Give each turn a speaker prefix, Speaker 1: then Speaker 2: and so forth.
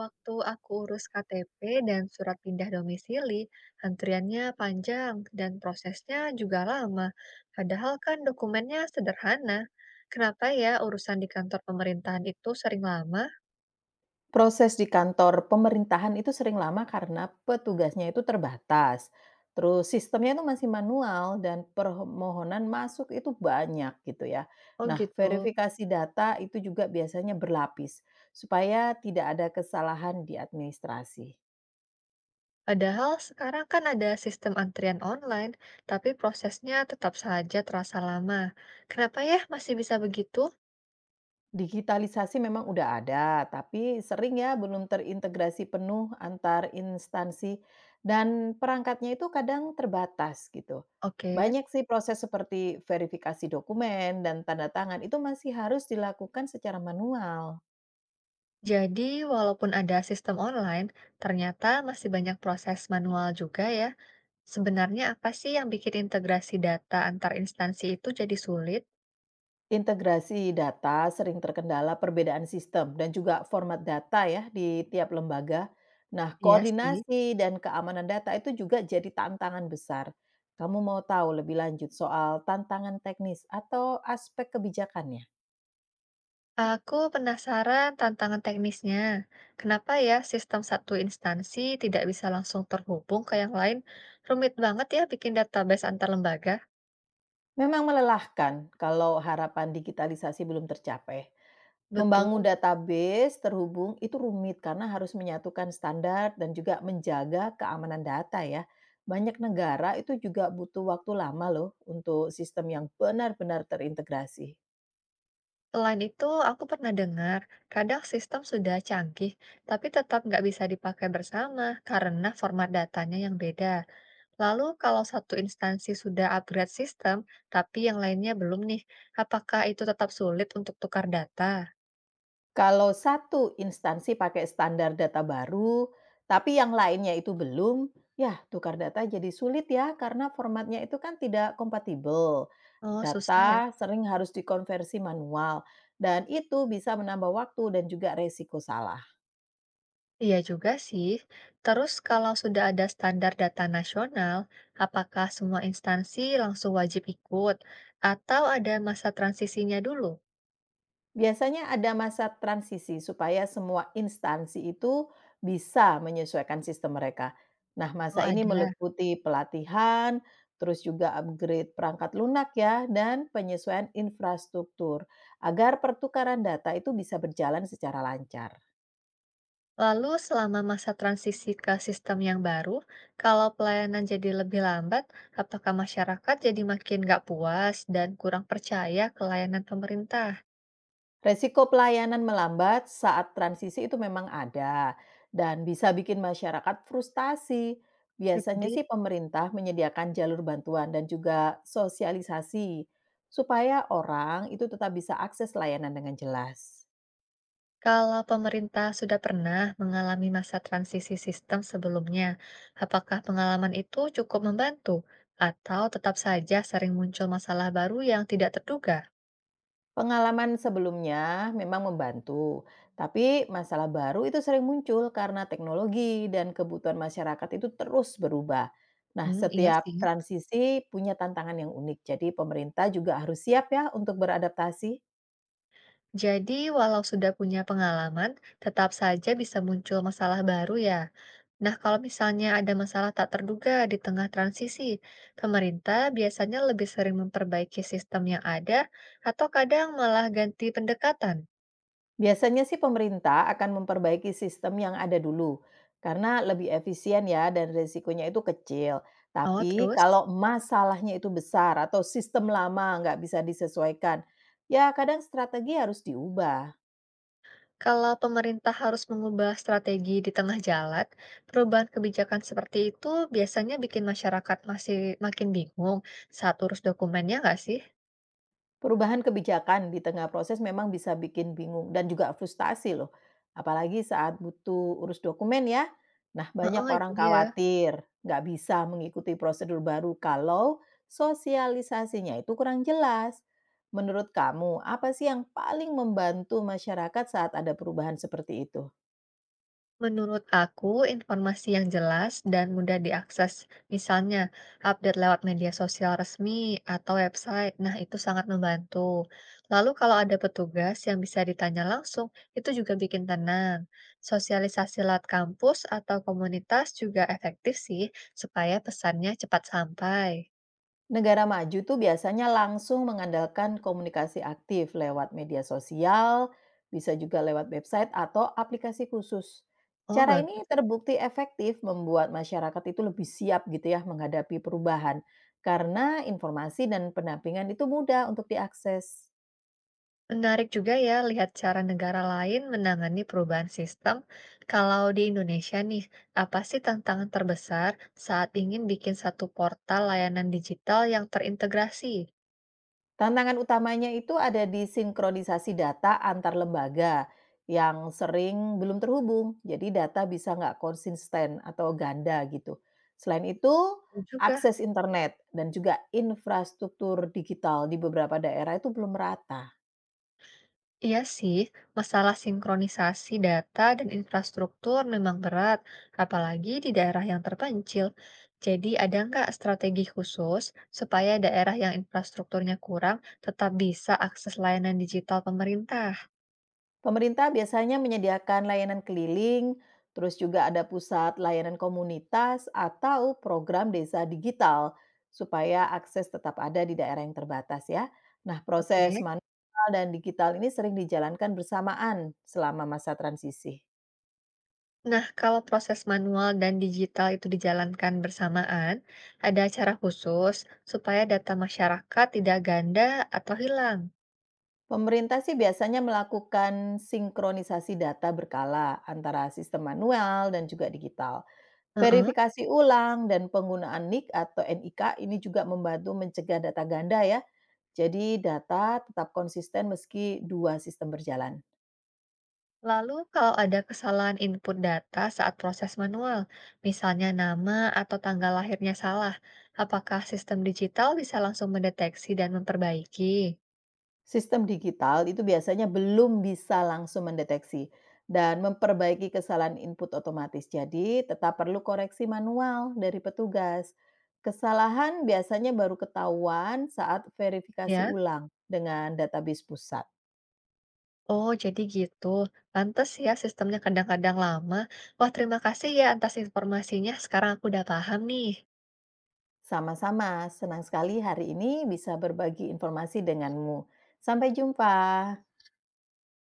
Speaker 1: Waktu aku urus KTP dan surat pindah domisili, antriannya panjang dan prosesnya juga lama. Padahal kan dokumennya sederhana. Kenapa ya urusan di kantor pemerintahan itu sering lama?
Speaker 2: Proses di kantor pemerintahan itu sering lama karena petugasnya itu terbatas. Terus sistemnya itu masih manual dan permohonan masuk itu banyak gitu ya.
Speaker 1: Oh
Speaker 2: Nah,
Speaker 1: gitu.
Speaker 2: verifikasi data itu juga biasanya berlapis supaya tidak ada kesalahan di administrasi.
Speaker 1: Padahal sekarang kan ada sistem antrian online, tapi prosesnya tetap saja terasa lama. Kenapa ya masih bisa begitu?
Speaker 2: Digitalisasi memang udah ada, tapi sering ya belum terintegrasi penuh antar instansi dan perangkatnya itu kadang terbatas gitu.
Speaker 1: Oke,
Speaker 2: Banyak sih proses seperti verifikasi dokumen dan tanda tangan itu masih harus dilakukan secara manual.
Speaker 1: jadi walaupun ada sistem online, ternyata masih banyak proses manual juga ya. Sebenarnya apa sih yang bikin integrasi data antar instansi itu jadi sulit?
Speaker 2: Integrasi data sering terkendala perbedaan sistem dan juga format data ya di tiap lembaga. Nah,
Speaker 1: Iya sih.
Speaker 2: koordinasi dan keamanan data itu juga jadi tantangan besar. Kamu mau tahu lebih lanjut soal tantangan teknis atau aspek kebijakannya?
Speaker 1: Aku penasaran tantangan teknisnya. Kenapa ya sistem satu instansi tidak bisa langsung terhubung ke yang lain? Rumit banget ya bikin database antar lembaga.
Speaker 2: Memang melelahkan kalau harapan digitalisasi belum tercapai. Membangun
Speaker 1: Betul.
Speaker 2: database terhubung itu rumit karena harus menyatukan standar dan juga menjaga keamanan data ya. Banyak negara itu juga butuh waktu lama loh untuk sistem yang benar-benar terintegrasi.
Speaker 1: Selain itu, aku pernah dengar, kadang sistem sudah canggih, tapi tetap nggak bisa dipakai bersama karena format datanya yang beda. Lalu, kalau satu instansi sudah upgrade sistem, tapi yang lainnya belum nih, apakah itu tetap sulit untuk tukar data?
Speaker 2: Kalau satu instansi pakai standar data baru, tapi yang lainnya itu belum, ya tukar data jadi sulit ya karena formatnya itu kan tidak kompatibel.
Speaker 1: Oh, susah ya.
Speaker 2: Data sering harus dikonversi manual, dan itu bisa menambah waktu dan juga resiko salah.
Speaker 1: Iya juga sih. Terus, kalau sudah ada standar data nasional, apakah semua instansi langsung wajib ikut, atau ada masa transisinya dulu?
Speaker 2: Biasanya ada masa transisi supaya semua instansi itu bisa menyesuaikan sistem mereka. Nah,
Speaker 1: Oh,
Speaker 2: masa ini
Speaker 1: ada.
Speaker 2: meliputi pelatihan, terus juga upgrade perangkat lunak ya, dan penyesuaian infrastruktur agar pertukaran data itu bisa berjalan secara lancar.
Speaker 1: Lalu selama masa transisi ke sistem yang baru, kalau pelayanan jadi lebih lambat, apakah masyarakat jadi makin nggak puas dan kurang percaya ke layanan pemerintah?
Speaker 2: Resiko pelayanan melambat saat transisi itu memang ada dan bisa bikin masyarakat frustasi.
Speaker 1: Itu
Speaker 2: Biasanya
Speaker 1: dia.
Speaker 2: sih pemerintah menyediakan jalur bantuan dan juga sosialisasi supaya orang itu tetap bisa akses layanan dengan jelas.
Speaker 1: Kalau pemerintah sudah pernah mengalami masa transisi sistem sebelumnya, apakah pengalaman itu cukup membantu atau tetap saja sering muncul masalah baru yang tidak terduga?
Speaker 2: Pengalaman sebelumnya memang membantu, tapi masalah baru itu sering muncul karena teknologi dan kebutuhan masyarakat itu terus berubah. Nah,
Speaker 1: Hmm, iya
Speaker 2: setiap
Speaker 1: sih.
Speaker 2: transisi punya tantangan yang unik, jadi pemerintah juga harus siap ya untuk beradaptasi.
Speaker 1: Jadi, walau sudah punya pengalaman, tetap saja bisa muncul masalah baru ya. Nah, kalau misalnya ada masalah tak terduga di tengah transisi, pemerintah biasanya lebih sering memperbaiki sistem yang ada atau kadang malah ganti pendekatan.
Speaker 2: Biasanya sih pemerintah akan memperbaiki sistem yang ada dulu, karena lebih efisien ya dan resikonya itu kecil.
Speaker 1: Oh,
Speaker 2: Tapi
Speaker 1: terus
Speaker 2: kalau masalahnya itu besar atau sistem lama nggak bisa disesuaikan, ya kadang strategi harus diubah.
Speaker 1: kalau pemerintah harus mengubah strategi di tengah jalan, perubahan kebijakan seperti itu biasanya bikin masyarakat makin bingung saat urus dokumennya nggak sih?
Speaker 2: Perubahan kebijakan di tengah proses memang bisa bikin bingung dan juga frustasi loh. Apalagi saat butuh urus dokumen ya. Nah, banyak
Speaker 1: Heeh, itu
Speaker 2: orang
Speaker 1: dia.
Speaker 2: khawatir nggak bisa mengikuti prosedur baru kalau sosialisasinya itu kurang jelas. Menurut kamu, apa sih yang paling membantu masyarakat saat ada perubahan seperti itu?
Speaker 1: Menurut aku, informasi yang jelas dan mudah diakses, misalnya update lewat media sosial resmi atau website, nah itu sangat membantu. Lalu kalau ada petugas yang bisa ditanya langsung, itu juga bikin tenang. Sosialisasi lewat kampus atau komunitas juga efektif sih, supaya pesannya cepat sampai.
Speaker 2: Negara maju tuh biasanya langsung mengandalkan komunikasi aktif lewat media sosial, bisa juga lewat website atau aplikasi khusus.
Speaker 1: Oh,
Speaker 2: Cara
Speaker 1: bagus.
Speaker 2: ini terbukti efektif membuat masyarakat itu lebih siap gitu ya menghadapi perubahan karena informasi dan pendampingan itu mudah untuk diakses.
Speaker 1: Menarik juga ya lihat cara negara lain menangani perubahan sistem. Kalau di Indonesia nih, apa sih tantangan terbesar saat ingin bikin satu portal layanan digital yang terintegrasi?
Speaker 2: Tantangan utamanya itu ada di sinkronisasi data antar lembaga yang sering belum terhubung. Jadi data bisa nggak konsisten atau ganda gitu. Selain itu,
Speaker 1: Betul juga,
Speaker 2: akses internet dan juga infrastruktur digital di beberapa daerah itu belum merata.
Speaker 1: iya sih, masalah sinkronisasi data dan infrastruktur memang berat, apalagi di daerah yang terpencil. Jadi ada nggak strategi khusus supaya daerah yang infrastrukturnya kurang tetap bisa akses layanan digital pemerintah?
Speaker 2: Pemerintah biasanya menyediakan layanan keliling, terus juga ada pusat layanan komunitas atau program desa digital supaya akses tetap ada di daerah yang terbatas ya. Nah, proses
Speaker 1: Oke.
Speaker 2: manual dan digital ini sering dijalankan bersamaan selama masa transisi.
Speaker 1: Nah, kalau proses manual dan digital itu dijalankan bersamaan, ada cara khusus supaya data masyarakat tidak ganda atau hilang.
Speaker 2: Pemerintah sih biasanya melakukan sinkronisasi data berkala antara sistem manual dan juga digital.
Speaker 1: Heeh.
Speaker 2: Verifikasi ulang dan penggunaan NIK atau NIK ini juga membantu mencegah data ganda ya. Jadi data tetap konsisten meski dua sistem berjalan.
Speaker 1: Lalu, kalau ada kesalahan input data saat proses manual, misalnya nama atau tanggal lahirnya salah, apakah sistem digital bisa langsung mendeteksi dan memperbaiki?
Speaker 2: Sistem digital itu biasanya belum bisa langsung mendeteksi dan memperbaiki kesalahan input otomatis. Jadi tetap perlu koreksi manual dari petugas. Kesalahan biasanya baru ketahuan saat verifikasi
Speaker 1: Ya,
Speaker 2: ulang dengan database pusat.
Speaker 1: oh jadi gitu. Pantes ya sistemnya kadang-kadang lama. Wah, terima kasih ya atas informasinya. Sekarang aku udah paham nih.
Speaker 2: Sama-sama, senang sekali hari ini bisa berbagi informasi denganmu. Sampai jumpa.